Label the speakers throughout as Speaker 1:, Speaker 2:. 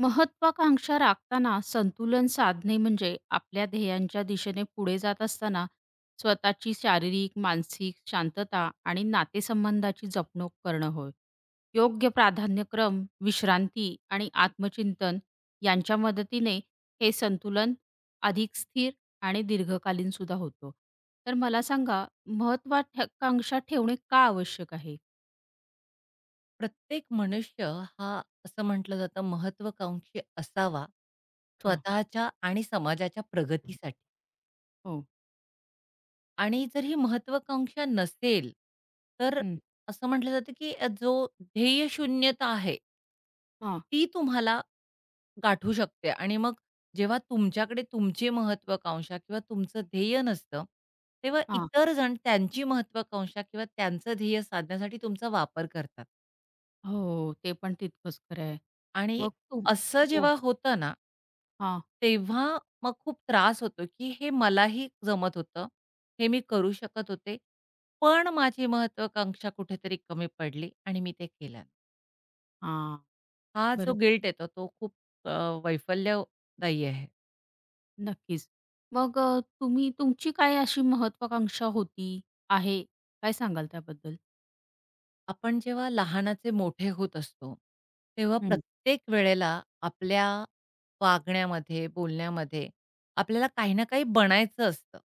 Speaker 1: महत्वाकांक्षा राखताना संतुलन साधणे म्हणजे आपल्या ध्येयांच्या दिशेने पुढे जात असताना स्वतःची शारीरिक, मानसिक शांतता आणि नातेसंबंधाची जपणूक करणं होय. योग्य प्राधान्यक्रम, विश्रांती आणि आत्मचिंतन यांच्या मदतीने हे संतुलन अधिक स्थिर आणि दीर्घकालीन सुद्धा होतो. तर मला सांगा महत्वाकांक्षा ठेवणे का आवश्यक आहे?
Speaker 2: प्रत्येक मनुष्य हा असं म्हटलं जातं महत्वाकांक्षी असावा
Speaker 1: हं,
Speaker 2: स्वतःच्या आणि समाजाच्या प्रगतीसाठी.
Speaker 1: हो.
Speaker 2: आणि जर ही महत्वाकांक्षा नसेल तर
Speaker 1: हं.
Speaker 2: असं म्हटलं जातं की जो ध्येयशून्यता आहे
Speaker 1: हां,
Speaker 2: ती तुम्हाला गाठू शकते. आणि मग जेव्हा तुमच्याकडे तुमची महत्वाकांक्षा किंवा तुमचं ध्येय नसतं तेव्हा
Speaker 1: हां.
Speaker 2: इतर जण त्यांची महत्वाकांक्षा किंवा त्यांचं ध्येय साधण्यासाठी तुमचा वापर करतात.
Speaker 1: हो, ते पण तितकंच खरं आहे.
Speaker 2: आणि
Speaker 1: मग तुम
Speaker 2: असं
Speaker 1: हो.
Speaker 2: जेव्हा होतं ना
Speaker 1: हां,
Speaker 2: तेव्हा मग खूप त्रास होतो, की हे मलाही जमत होतं. हे मी करू शकत होते. पण माझी महत्त्वाकांक्षा कुठेतरी कमी पडली आणि मी ते केलं.
Speaker 1: हां.
Speaker 2: हा जो
Speaker 1: बरोबर.
Speaker 2: गिल्ट येतो तो खूप अ, वैफल्यदायी आहे.
Speaker 1: नक्कीच. मग तुम्ही तुमची काय अशी महत्वाकांक्षा होती, आहे? काय सांगाल त्याबद्दल?
Speaker 2: आपण जेव्हा लहानाचे मोठे होत असतो, तेव्हा
Speaker 1: हं.
Speaker 2: प्रत्येक वेळेला आपल्या वागण्यामध्ये, बोलण्यामध्ये आपल्याला काही ना काही बनायचं असतं.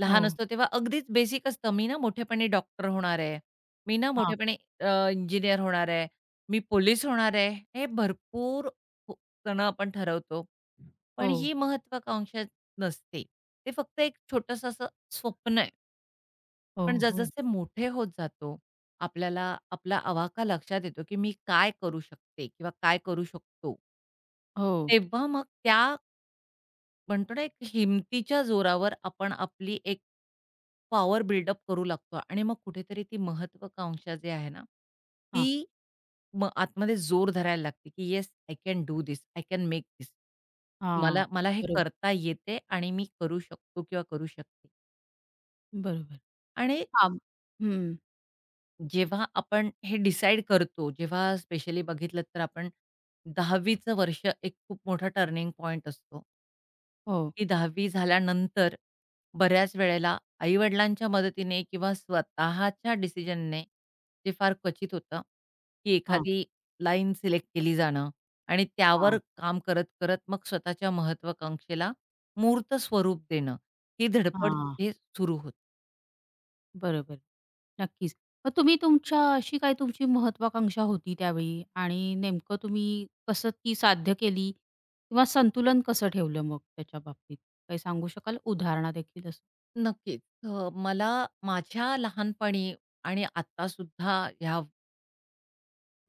Speaker 2: लहान
Speaker 1: हो.
Speaker 2: असतो तेव्हा अगदीच बेसिक असतं, "मी ना मोठेपणी डॉक्टर होणार आहे. मी ना
Speaker 1: हां.
Speaker 2: मोठेपणी इंजिनियर होणार आहे. मी पोलीस होणार आहे." हे भरपूर खूप जण आपण ठरवतो. पण
Speaker 1: हो,
Speaker 2: ही महत्त्वाकांक्षा नसते. ते फक्त एक छोटंसं असं स्वप्न आहे.
Speaker 1: हो,
Speaker 2: पण
Speaker 1: हो.
Speaker 2: जसजसे मोठे होत जातो, आपल्याला आपला आवाका लक्षात येतो, की मी काय करू शकते किंवा काय करू शकतो?
Speaker 1: हो.
Speaker 2: तेव्हा मग त्या म्हणतो ना, एक हिमतीच्या जोरावर आपण आपली एक पॉवर बिल्डअप करू लागतो आणि मग कुठेतरी ती महत्त्वाकांक्षा जी आहे ना,
Speaker 1: हां,
Speaker 2: ती मग आतमध्ये जोर धरायला लागते, की "yes, I can do this, I can make this."
Speaker 1: हां.
Speaker 2: मला मला हे
Speaker 1: बरोबर,
Speaker 2: करता येते आणि मी करू शकतो किंवा करू शकते.
Speaker 1: बरोबर.
Speaker 2: आणि
Speaker 1: हां. हं.
Speaker 2: जेव्हा आपण हे डिसाईड करतो, जेव्हा स्पेशली बघितलं तर आपण 10वीचं वर्ष एक खूप मोठा टर्निंग पॉइंट असतो,
Speaker 1: हो.
Speaker 2: की 10वी झाल्यानंतर बऱ्याच वेळेला आई-वडिलांच्या मदतीने किंवा स्वतःच्या डिसिजनने जे फार क्वचित होतं, की
Speaker 1: हां,
Speaker 2: एखादी लाईन सिलेक्ट केली जाणं आणि त्यावर
Speaker 1: हां,
Speaker 2: काम करत-करत मग स्वतःच्या महत्त्वाकांक्षेला मूर्त स्वरूप देणं, ही धडपड
Speaker 1: हां.
Speaker 2: तिथे सुरू होते.
Speaker 1: बरोबर. नक्कीच. मग तुम्ही तुमच्या अशी काय तुमची महत्वाकांक्षा होती त्यावेळी आणि नेमकं तुम्ही कसं ती साध्य केली किंवा संतुलन कसं ठेवलं मग त्याच्या बाबतीत? काही सांगू शकाल उदाहरणादेखील असं?
Speaker 2: नक्कीच. मला माझ्या लहानपणी आणि आत्तासुद्धा ह्या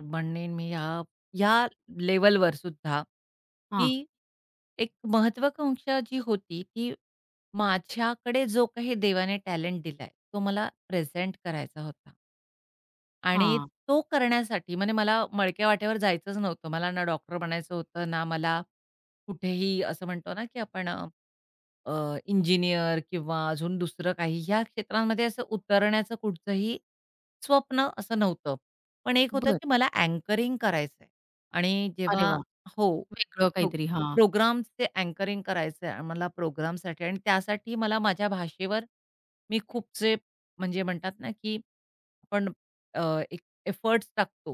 Speaker 2: म्हणेन मी ह्या ह्या लेव्हलवर सुद्धा,
Speaker 1: हां,
Speaker 2: की एक महत्त्वाकांक्षा जी होती, की माझ्याकडे जो काही देवाने टॅलेंट दिलाय, तो मला प्रेझेंट करायचा होता. आणि
Speaker 1: हां.
Speaker 2: तो करण्यासाठी म्हणजे मला मळक्या वाट्यावर जायचंच नव्हतं. मला ना डॉक्टर बनायचं होतं, ना मला कुठेही असं म्हणतो ना, की आपण इंजिनिअर किंवा अजून दुसरं काही ह्या क्षेत्रांमध्ये असं उतरण्याचं कुठचंही स्वप्न असं नव्हतं. पण एक होतं,
Speaker 1: बरं.
Speaker 2: की मला अँकरिंग करायचंय. आणि
Speaker 1: अरे
Speaker 2: जेव्हा
Speaker 1: वाह!
Speaker 2: हो,
Speaker 1: वेगळं
Speaker 2: प्रो
Speaker 1: काहीतरी. हां.
Speaker 2: प्रोग्राम्सचे अँकरिंग करायचंय आणि मला प्रोग्रामसाठी आणि त्यासाठी मला माझ्या भाषेवर मी खूपसे म्हणजे म्हणतात ना, की आपण अ, एक एफर्ट्स टाकतो.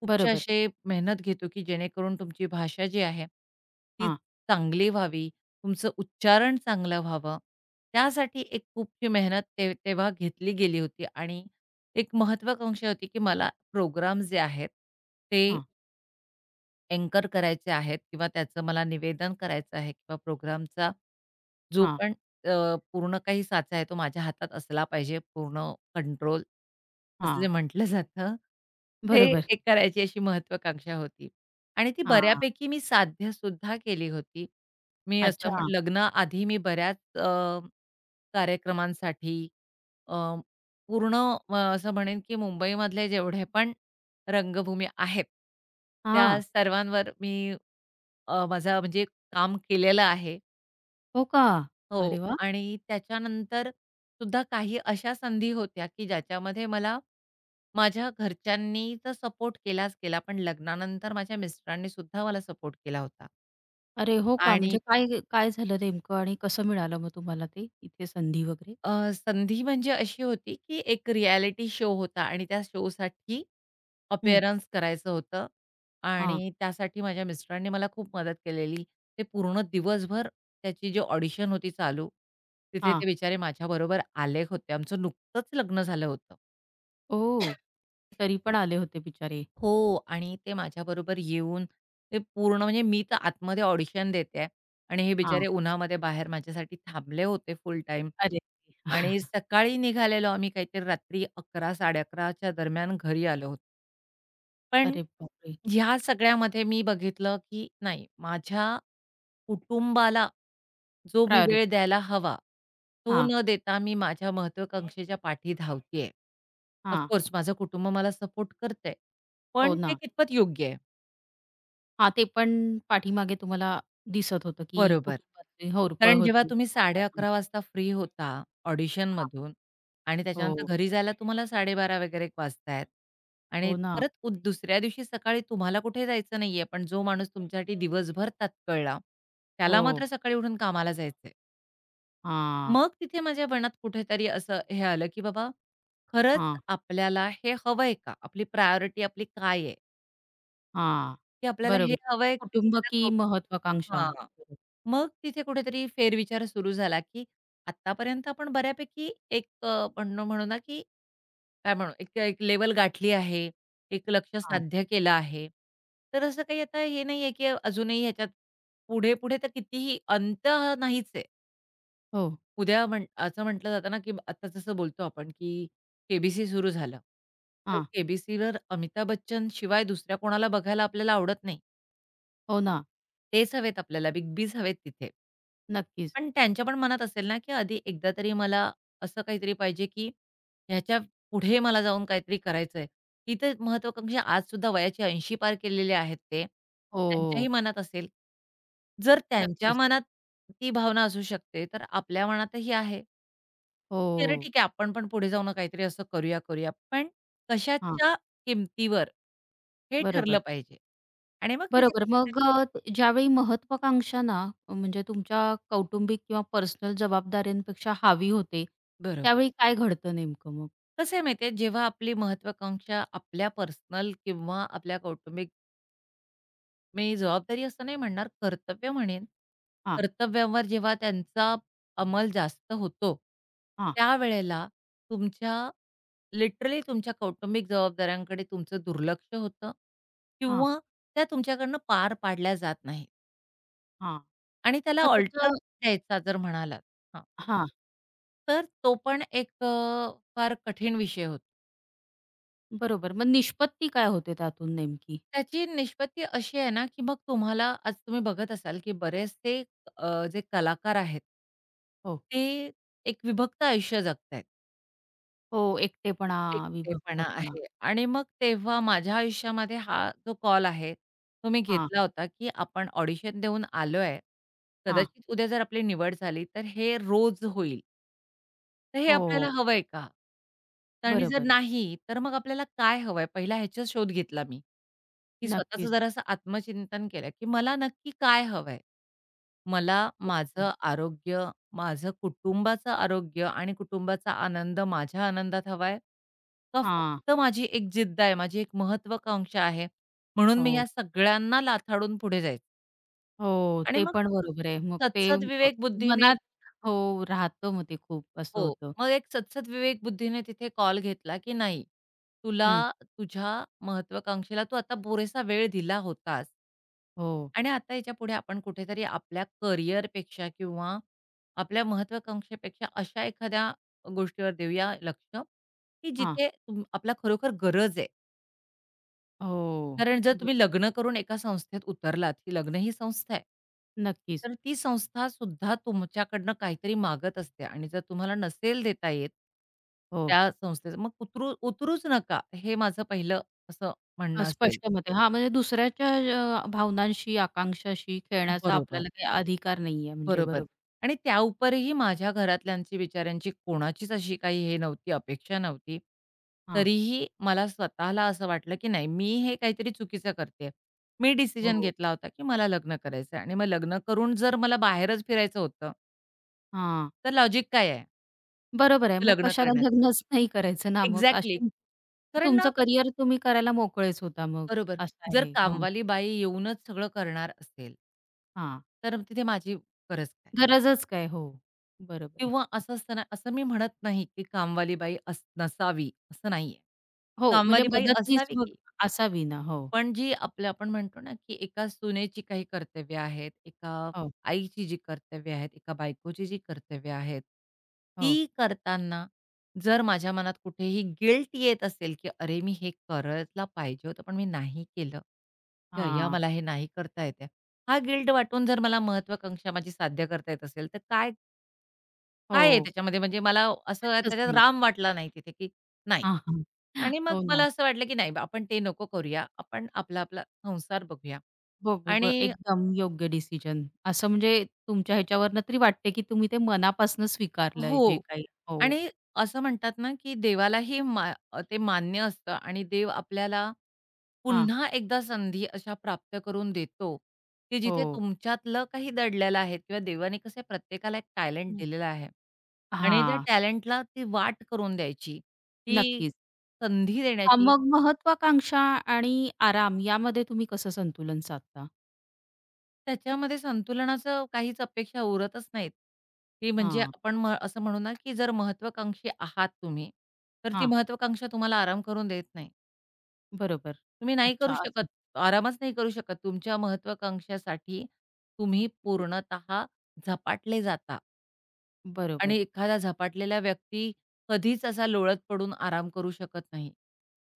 Speaker 2: खूपसे
Speaker 1: बरोबर.
Speaker 2: असे मेहनत घेतो, की जेणेकरून तुमची भाषा जी आहे, ती
Speaker 1: हां,
Speaker 2: चांगली व्हावी, तुमचं उच्चारण चांगलं व्हावं. त्यासाठी एक खूपशी मेहनत ते तेव्हा घेतली गेली होती. आणि एक महत्त्वाकांक्षा होती, की मला प्रोग्राम जे आहेत, ते
Speaker 1: हां,
Speaker 2: अँकर करायचे आहेत किंवा त्याचं मला निवेदन करायचं आहे किंवा प्रोग्रामचा जो
Speaker 1: हां,
Speaker 2: पण पूर्ण काही साचा आहे तो माझ्या हातात असला पाहिजे, पूर्ण कंट्रोल असं जे
Speaker 1: हां.
Speaker 2: म्हटलं जातं, ते
Speaker 1: बरोबर.
Speaker 2: एक करायची अशी महत्त्वाकांक्षा होती आणि ती
Speaker 1: हां.
Speaker 2: बऱ्यापैकी मी साध्यसुद्धा केली होती. मी असं म्ह
Speaker 1: अच्छा.
Speaker 2: लग्नाआधी मी बऱ्याच कार्यक्रमांसाठी अ, पूर्ण असं म्हणेन की मुंबईमधले जेवढे पण रंगभूमी आहेत, त्या
Speaker 1: हां.
Speaker 2: सर्वांवर मी माझा म्हणजे काम केलेलं आहे.
Speaker 1: हो का?
Speaker 2: हो.
Speaker 1: अरे वाह!
Speaker 2: आणि त्याच्यानंतर सुद्धा काही अशा संधी होत्या, की ज्याच्यामध्ये मला माझ्या घरच्यांनी तर सपोर्ट केलाच केला, पण लग्नानंतर माझ्या मिस्टरांनी सुद्धा मला सपोर्ट केला होता.
Speaker 1: अरे हो का?
Speaker 2: आणि
Speaker 1: म्हणजे काय काय झालं नेमकं आणि कसं मिळालं मग तुम्हाला ते इथे संधी वगैरे?
Speaker 2: संधी म्हणजे अशी होती, की एक रिएलिटी शो होता आणि त्या शोसाठी
Speaker 1: हं.
Speaker 2: अपीअरन्स करायचं होतं
Speaker 1: हां,
Speaker 2: आणि त्यासाठी माझ्या मिस्टरांनी मला खूप मदत केलेली. ते पूर्ण दिवसभर त्याची जी ऑडिशन होती चालू, तिथे
Speaker 1: हां.
Speaker 2: ते बिचारे माझ्याबरोबर आले होते. आमचं नुकतंच लग्न झालं होतं.
Speaker 1: ओह! तरी पण आले होते बिचारे.
Speaker 2: हो. आणि ते माझ्याबरोबर येऊन ते पूर्ण म्हणजे मी तर आतमध्ये ऑडिशन देते आणि हे
Speaker 1: हां.
Speaker 2: बिचारे उन्हामध्ये बाहेर माझ्यासाठी थांबले होते फुल टाईम.
Speaker 1: अरे!
Speaker 2: आणि सकाळी निघालेलो आम्ही काहीतरी रात्री 11, 11:30च्या दरम्यान घरी आलो होतो. पण
Speaker 1: अरे बापरे!
Speaker 2: ह्या सगळ्यामध्ये मी बघितलं, की नाही माझ्या कुटुंबाला जो मी
Speaker 1: प्रायोरिटी.
Speaker 2: वेळ द्यायला हवा, तो
Speaker 1: हां,
Speaker 2: न देता मी माझ्या महत्वाकांक्षेच्या पाठी धावतीये. ऑफ
Speaker 1: हां.
Speaker 2: कोर्स माझं कुटुंब मला सपोर्ट करतंय.
Speaker 1: हो
Speaker 2: पण ते
Speaker 1: ना.
Speaker 2: कितपत योग्य आहे?
Speaker 1: हां, ते पण पाठीमागे तुम्हाला दिसत होतं, की
Speaker 2: बरोबर.
Speaker 1: कुटुंबाची होरपळ
Speaker 2: कारण जेव्हा
Speaker 1: होती
Speaker 2: तुम्ही
Speaker 1: किंवा
Speaker 2: साड़े
Speaker 1: काय.
Speaker 2: अकरा वाजता फ्री होता
Speaker 1: हां.
Speaker 2: ऑडिशनमधून आणि त्याच्यानंतर
Speaker 1: हो,
Speaker 2: घरी जायला तुम्हाला 12:30 वगैरे एक वाजतायत आणि
Speaker 1: हो ना.
Speaker 2: परत दुसऱ्या दिवशी सकाळी तुम्हाला कुठे जायचं नाहीये, पण जो माणूस तुमच्यासाठी दिवसभर ताटकळला, त्याला मात्र
Speaker 1: हो.
Speaker 2: सकाळी उठून कामाला जायचंय.
Speaker 1: हां,
Speaker 2: मग तिथे माझ्या मनात कुठेतरी असं हे आलं, की बाबा खरंच
Speaker 1: हां,
Speaker 2: आपल्याला हे हवंय का? आपली प्रायोरिटी आपली काय,
Speaker 1: हां.
Speaker 2: की आपल्याला हे
Speaker 1: बरोबर.
Speaker 2: हवंय का
Speaker 1: कुटुंब
Speaker 2: आपल्याला
Speaker 1: की
Speaker 2: कौटुंब
Speaker 1: महत्वाकांक्षा.
Speaker 2: हां. मग तिथे कुठेतरी फेरविचार सुरू झाला, की आत्तापर्यंत आपण बऱ्यापैकी एक म्हणणं म्हणू ना, की काय म्हणू एक एक लेव्हल गाठली आहे. एक लक्ष्य
Speaker 1: हां.
Speaker 2: साध्य केलं आहे. तर असं काही आता हे नाहीये, की अजूनही ह्याच्यात पुढे-पुढे तर कितीही अंत हा नाहीच आहे.
Speaker 1: हो.
Speaker 2: उद्या असं म्हटलं जातं ना, की आता जसं बोलतो आपण, की के-बी-सी सुरू झालं. तर
Speaker 1: हां.
Speaker 2: के-बी-सीवर अमिताभ बच्चन शिवाय दुसऱ्या कोणाला बघायला आपल्याला आवडत नाही.
Speaker 1: हो ना.
Speaker 2: तेच हवेत आपल्याला, बिग बीज हवेत तिथे.
Speaker 1: नक्कीच.
Speaker 2: पण त्यांच्या पण मनात असेल ना, की आधी एकदा तरी मला असं काहीतरी पाहिजे, की ह्याच्या पुढे मला जाऊन काहीतरी करायचंय. तिथे आज आजसुद्धा वयाची 80 पार केलेले आहेत ते. त्यांच्याही
Speaker 1: हो.
Speaker 2: मनात असेल. जर त्यांच्या
Speaker 1: नक्कीच.
Speaker 2: मनात ती भावना असू शकते, तर आपल्या मनातही आहे.
Speaker 1: हो.
Speaker 2: की अरे ठीक आहे, आपण पण पुढे जाऊन काहीतरी असं करूया, करूया. पण
Speaker 1: हां.
Speaker 2: कशाच्या किमतीवर हे ठरलं
Speaker 1: बरोबर.
Speaker 2: पाहिजे आणि मग तिथे
Speaker 1: बरोबर.
Speaker 2: कुठेतरी
Speaker 1: मग ज्यावेळी महत्त्वाकांक्षा ना, म्हणजे तुमच्या कौटुंबिक किंवा पर्सनल जबाबदाऱ्यांपेक्षा हावी होते,
Speaker 2: बरोबर.
Speaker 1: त्यावेळी काय घडतं नेमकं मग?
Speaker 2: कसं आहे माहिती आहे, जेव्हा आपली महत्त्वाकांक्षा आपल्या पर्सनल किंवा आपल्या कौटुंबिक मी जबाबदारी असं नाही म्हणणार, कर्तव्य म्हणेन.
Speaker 1: हां,
Speaker 2: कर्तव्यावर जेव्हा त्यांचा अंमल जास्त होतो,
Speaker 1: हां,
Speaker 2: त्यावेळेला तुमच्या लिटरली तुमच्या कौटुंबिक जबाबदाऱ्यांकडे तुमचं दुर्लक्ष होतं
Speaker 1: हां,
Speaker 2: किंवा त्या तुमच्याकडनं पार पाडल्या जात नाहीत
Speaker 1: हां.
Speaker 2: आणि त्याला
Speaker 1: मग
Speaker 2: अल्टर
Speaker 1: त्याचं
Speaker 2: द्यायचा जर म्हणालात हां,
Speaker 1: हां,
Speaker 2: तर तो पण एक फार कठीण विषय होतो.
Speaker 1: बरोबर. मग निष्पत्ती काय होते त्यातून नेमकी?
Speaker 2: त्याची निष्पत्ती अशी आहे ना, की मग तुम्हाला आज तुम्ही बघत असाल, की बरेचसे जे कलाकार आहेत
Speaker 1: हो,
Speaker 2: ते एक विभक्त आयुष्य जगतायत.
Speaker 1: हो. एकटेपणा,
Speaker 2: एकटेपणा
Speaker 1: विभक्तपणा.
Speaker 2: आहे आणि मग तेव्हा माझ्या आयुष्यामध्ये हा जो कॉल आहे, तो मी
Speaker 1: हां,
Speaker 2: घेतला होता, की आपण ऑडिशन देऊन आलोय.
Speaker 1: हां.
Speaker 2: कदाचित उद्या जर आपली निवड झाली, तर हे रोज होईल. तर हे आपल्याला
Speaker 1: हो,
Speaker 2: हवंय का? आणि जर
Speaker 1: बरोबर.
Speaker 2: नाही, तर मग आपल्याला काय हवंय? पहिला ह्याचा शोध घेतला मी, की स्वतःचं
Speaker 1: नक्कीच.
Speaker 2: जरासं आत्मचिंतन केलं, की मला नक्की काय हवंय? मला
Speaker 1: बरोबर.
Speaker 2: माझं आरोग्य, माझं कुटुंबाचं आरोग्य आणि कुटुंबाचा आनंद माझ्या आनंदात हवाय? का
Speaker 1: हां.
Speaker 2: फक्त माझी एक जिद्द आहे, माझी एक महत्त्वाकांक्षा आहे, म्हणून मी
Speaker 1: हो,
Speaker 2: ह्या सगळ्यांना लाथाडून पुढे जायचं
Speaker 1: हो.
Speaker 2: आणि
Speaker 1: ते
Speaker 2: मग
Speaker 1: पण बरोबर आहे. मग ते अ,
Speaker 2: सदसद्विवेक बुद्धीने
Speaker 1: मनात हो, राहतं मग ते खूप असं
Speaker 2: हो.
Speaker 1: होतं.
Speaker 2: मग एक सदसद विवेक बुद्धीने तिथे कॉल घेतला, की नाही, तुला
Speaker 1: हं.
Speaker 2: तुझ्या महत्वाकांक्षेला तू आता पुरेसा वेळ दिला होतास.
Speaker 1: हो.
Speaker 2: आणि आता याच्यापुढे आपण कुठेतरी आपल्या करिअरपेक्षा किंवा आपल्या महत्वाकांक्षेपेक्षा अशा एखाद्या गोष्टीवर देऊया लक्ष, की
Speaker 1: हां.
Speaker 2: जिथे आपला खरोखर गरज आहे.
Speaker 1: हो.
Speaker 2: कारण जर तुम्ही
Speaker 1: बरोबर.
Speaker 2: लग्न करून एका संस्थेत उतरलात, की लग्न ही संस्था आहे.
Speaker 1: नक्कीच.
Speaker 2: तर ती संस्था सुद्धा तुमच्याकडनं काहीतरी मागत असते आणि जर तुम्हाला नसेल देता येत,
Speaker 1: हो.
Speaker 2: त्या संस्थेचं मग उतरूच नका, हे माझं पहिलं असं
Speaker 1: हां,
Speaker 2: म्हणणं असेल.
Speaker 1: स्पष्ट मत आहे. हां, म्हणजे दुसऱ्याच्या भावनांशी, आकांक्षाशी खेळण्याचा
Speaker 2: बरोबर.
Speaker 1: आपल्याला काही अधिकार नाहीये म्हणजे
Speaker 2: बरोबर.
Speaker 1: बरोबर.
Speaker 2: आणि त्या उपरही माझ्या घरातल्यांची बिचाऱ्यांची कोणाचीच अशी काही हे नव्हती, अपेक्षा नव्हती.
Speaker 1: हां.
Speaker 2: तरीही मला स्वतःला असं वाटलं, की नाही मी हे काहीतरी चुकीचं करतेय. मी डिसिजन
Speaker 1: हो.
Speaker 2: घेतला होता, की मला लग्न करायचं आणि मग लग्न करून जर मला बाहेरच फिरायचं होतं,
Speaker 1: हां.
Speaker 2: तर लॉजिक काय आहे
Speaker 1: बरोबर आहे.
Speaker 2: ते
Speaker 1: मग
Speaker 2: लग्न
Speaker 1: कशाला
Speaker 2: करण्याचं?
Speaker 1: लग्नच नाही करायचं ना मग
Speaker 2: एक्झॅक्टली.
Speaker 1: असे
Speaker 2: कारण ना
Speaker 1: तुमचं करियर तुम्ही करायला मोकळेच होता मग
Speaker 2: बरोबर.
Speaker 1: असं
Speaker 2: जर
Speaker 1: आहे. हो.
Speaker 2: कामवाली बाई येऊनच सगळं करणार असेल,
Speaker 1: हां.
Speaker 2: तर तिथे माझी गरज काय?
Speaker 1: गरजच काय? हो. बरोबर आहे.
Speaker 2: किंवा असं असताना असं मी म्हणत नाही, की कामवाली बाई अस नसावी, असं नाहीये.
Speaker 1: हो, म्हणजे
Speaker 2: कामवाली बाई
Speaker 1: मदतनीस
Speaker 2: असावी
Speaker 1: मग
Speaker 2: की,
Speaker 1: असावी ना. हो.
Speaker 2: पण जी आपल्या आपण म्हणतो ना, की एका सुनेची काही कर्तव्य आहेत, एका
Speaker 1: हो,
Speaker 2: आईची जी कर्तव्य आहेत, एका बायकोची जी कर्तव्य आहेत,
Speaker 1: हो.
Speaker 2: ती करताना जर माझ्या मनात कुठेही गिल्ट येत असेल, की "अरे, मी हे करायला पाहिजे होतं, पण मी नाही केलं. की अय्या,
Speaker 1: हां.
Speaker 2: मला हे नाही करता येत." हा गिल्ट वाटून जर मला महत्त्वाकांक्षा माझी साध्य करता येत असेल, तर काय काय आहे
Speaker 1: हो.
Speaker 2: त्याच्यामध्ये? म्हणजे मला असं
Speaker 1: अर्थच
Speaker 2: त्याच्यात
Speaker 1: नाही.
Speaker 2: राम वाटला नाही तिथे, की नाही.
Speaker 1: हां, हां.
Speaker 2: आणि मग
Speaker 1: हो
Speaker 2: मला
Speaker 1: ना.
Speaker 2: असं वाटलं, की नाही बा, आपण ते नको करूया. आपण आपला-आपला संसार बघूया.
Speaker 1: बघू ब
Speaker 2: आणि
Speaker 1: एकदम योग्य डिसिजन. असं म्हणजे तुमच्या ह्याच्यावरनं तरी वाटते, की तुम्ही ते मनापासून स्वीकारलंय जे
Speaker 2: हो.
Speaker 1: काही हो.
Speaker 2: आणि असं म्हणतात ना, की देवालाही ते मान्य असतं आणि देव आपल्याला
Speaker 1: हां.
Speaker 2: पुन्हा एकदा संधी अशा प्राप्त करून देतो, की जिथे
Speaker 1: हो.
Speaker 2: तुमच्यातलं काही दडलेलं आहे किंवा देवाने कसं प्रत्येकाला एक टॅलेंट
Speaker 1: हं.
Speaker 2: दिलेला आहे आणि त्या
Speaker 1: हां.
Speaker 2: टॅलेंटला ती वाट करून द्यायची, ती
Speaker 1: नक्कीच.
Speaker 2: संधी
Speaker 1: हां,
Speaker 2: देण्याची.
Speaker 1: मग महत्वाकांक्षा आणि आराम यामध्ये तुम्ही कसं संतुलन साधता?
Speaker 2: त्याच्यामध्ये संतुलनाचं काहीच अपेक्षा उरतच नाहीत. ती म्हणजे
Speaker 1: हां.
Speaker 2: आपण असं म्हणू ना, की जर महत्त्वाकांक्षी आहात तुम्ही, तर ती
Speaker 1: हां.
Speaker 2: महत्त्वाकांक्षा तुम्हाला आराम करून देत नाही.
Speaker 1: बरोबर.
Speaker 2: तुम्ही नाही
Speaker 1: अच्छा
Speaker 2: करू शकत.
Speaker 1: असं.
Speaker 2: आरामच नाही करू शकत. तुमच्या महत्वाकांक्षासाठी तुम्ही
Speaker 1: हं.
Speaker 2: पूर्णतः झपाटले जाता आणि
Speaker 1: बरोबर.
Speaker 2: एखादा झपाटलेला व्यक्ती कधीच असा लोळत पडून आराम करू शकत नाही.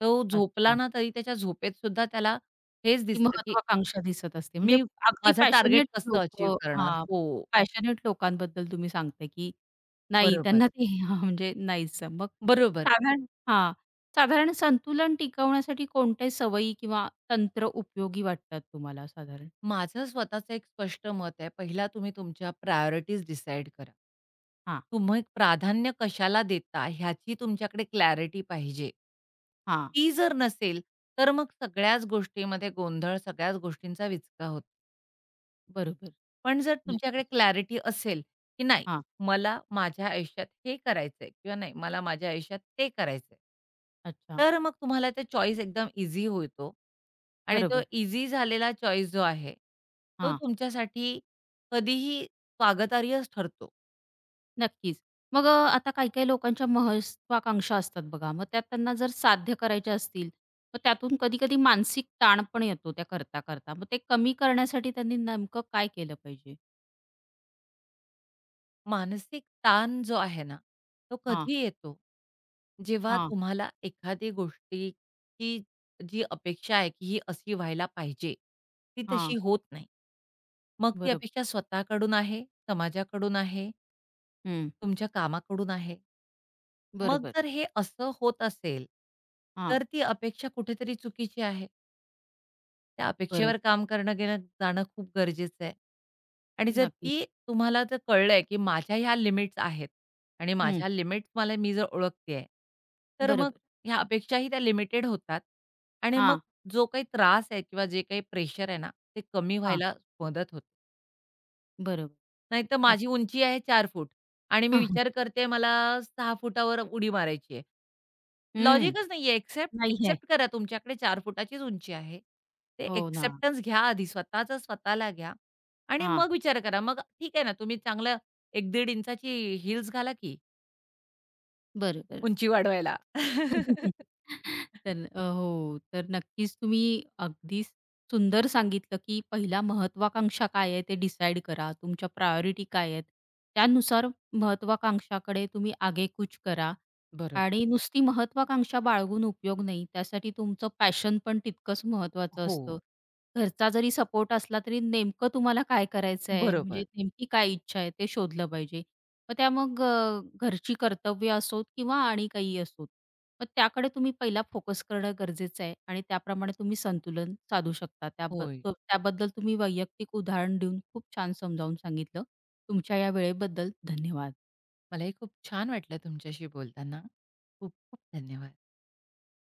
Speaker 2: तो झोपला
Speaker 1: अच्छा.
Speaker 2: ना तरी त्याच्या झोपेत सुद्धा त्याला हेच
Speaker 1: की
Speaker 2: दिसतं, की
Speaker 1: महत्वाकांक्षा दिसत असते. म्हणजे
Speaker 2: मी
Speaker 1: अगदी
Speaker 2: माझं टार्गेट
Speaker 1: पॅशनेट
Speaker 2: कसं अचीव्ह
Speaker 1: लोकं
Speaker 2: करणार?
Speaker 1: हां.
Speaker 2: हो,
Speaker 1: पॅशनेट लोकांबद्दल तुम्ही सांगताय, की नाही
Speaker 2: बरोबर.
Speaker 1: त्यांना ते हां, म्हणजे नाहीच. मग
Speaker 2: बरोबर.
Speaker 1: साधारण हां. साधारण संतुलन टिकवण्यासाठी कोणत्या सवयी किंवा तंत्र उपयोगी वाटतात तुम्हाला साधारण?
Speaker 2: माझं स्वतःचं एक स्पष्ट मत आहे. पहिला तुम्ही तुमच्या प्रायोरिटीज डिसाईड करा.
Speaker 1: हां,
Speaker 2: तुम्ही प्राधान्य कशाला देता ह्याची तुमच्याकडे क्लॅरिटी पाहिजे.
Speaker 1: हां.
Speaker 2: ती जर नसेल, तर मग सगळ्याच गोष्टीमध्ये गोंधळ, सगळ्याच गोष्टींचा विचका होतो.
Speaker 1: बरोबर.
Speaker 2: पण जर तुमच्याकडे
Speaker 1: नक्कीच.
Speaker 2: क्लॅरिटी असेल, की नाही
Speaker 1: हां.
Speaker 2: मला माझ्या आयुष्यात हे करायचंय किंवा नाही मला माझ्या आयुष्यात ते करायचंय.
Speaker 1: अच्छा.
Speaker 2: तर मग तुम्हाला ते चॉईस एकदम ईझी होतो आणि तो
Speaker 1: बरोबर.
Speaker 2: ईझी झालेला चॉईस जो आहे, तो
Speaker 1: हां.
Speaker 2: तुमच्यासाठी कधीही स्वागतार्हच ठरतो.
Speaker 1: नक्कीच. मग आता काही-काही लोकांच्या महत्वाकांक्षा असतात बघा. मग त्या त्यांना जर साध्य करायच्या असतील, मग त्यातून कधी-कधी मानसिक ताण पण येतो त्या करता-करता. मग ते कमी करण्यासाठी त्यांनी नेमकं काय केलं पाहिजे?
Speaker 2: मानसिक ताण जो आहे ना, तो
Speaker 1: हां,
Speaker 2: कधी येतो? जेव्हा
Speaker 1: हां,
Speaker 2: तुम्हाला एखादी गोष्टीची जी अपेक्षा आहे, की ही अशी व्हायला पाहिजे, ती तशी
Speaker 1: हां.
Speaker 2: होत नाही. मग ती
Speaker 1: बरोबर.
Speaker 2: अपेक्षा स्वतःकडून आहे, समाजाकडून आहे,
Speaker 1: हं.
Speaker 2: तुमच्या कामाकडून आहे. मग
Speaker 1: बरोबर.
Speaker 2: जर हे असं होत असेल,
Speaker 1: हां.
Speaker 2: तर ती अपेक्षा कुठेतरी चुकीची आहे. त्या
Speaker 1: बरोबर.
Speaker 2: अपेक्षेवर काम करणं गेलं जाणं खूप गरजेचं आहे. आणि जर
Speaker 1: नक्कीच.
Speaker 2: ती तुम्हाला जर कळलंय, की माझ्या ह्या लिमिट्स आहेत आणि
Speaker 1: हं.
Speaker 2: माझ्या लिमिट्स मला मी जर ओळखतेय, तर मग
Speaker 1: बरोबर.
Speaker 2: ह्या अपेक्षाही त्या लिमिटेड होतात आणि मग
Speaker 1: हां.
Speaker 2: जो काही त्रास आहे किंवा जे काही प्रेशर आहे ना, ते कमी
Speaker 1: हां,
Speaker 2: व्हायला मदत होते.
Speaker 1: बरोबर.
Speaker 2: नाहीतर माझी उंची आहे 4 फूट आणि मी
Speaker 1: हं, हं.
Speaker 2: विचार करते मला 6 फुटावर उडी मारायची आहे.
Speaker 1: हं.
Speaker 2: लॉजिकच नाहीये. एक्सेप्ट
Speaker 1: नाही आहे.
Speaker 2: एक्सेप्ट करा तुमच्याकडे 4 फुटाचीच उंची आहे. ते
Speaker 1: हो ना.
Speaker 2: एक्सेप्टन्स घ्या आधी स्वतःचं स्वतःला घ्या आणि
Speaker 1: हां,
Speaker 2: मग विचार करा. मग ठीक आहे ना, तुम्ही चांगलं 1-1.5 इंचाची हील्स घाला की
Speaker 1: बरोबर.
Speaker 2: उंची वाढवायला.
Speaker 1: तर हो. तर नक्कीच तुम्ही अगदी सुंदर सांगितलं, की पहिला महत्त्वाकांक्षा काय आहे ते डिसाईड करा. तुमच्या प्रायोरिटी काय आहेत? त्यानुसार महत्त्वाकांक्षाकडे तुम्ही आगेकूच करा
Speaker 2: बरोबर.
Speaker 1: आणि नुसती महत्त्वाकांक्षा बाळगून उपयोग नाही. त्यासाठी तुमचं पॅशन पण तितकंच महत्त्वाचं
Speaker 2: हो.
Speaker 1: असतं. घरचा जरी सपोर्ट असला तरी नेमकं तुम्हाला काय करायचं आहे? म्हणजे
Speaker 2: बरोबर.
Speaker 1: नेमकी काय इच्छा आहे? ते शोधलं पाहिजे. मग त्या मग घरची कर्तव्य असोत किंवा आणि काही असोत. मग त्याकडे तुम्ही पहिला फोकस करणं गरजेचं आहे आणि त्याप्रमाणे तुम्ही संतुलन साधू शकता.
Speaker 2: होय.
Speaker 1: त्याबद्दल तुम्ही वैयक्तिक उदाहरण देऊन खूप छान समजावून सांगितलं. तुमच्या या वेळेबद्दल धन्यवाद.
Speaker 2: मलाही खूप छान वाटलं तुमच्याशी बोलताना. खूप खूप धन्यवाद.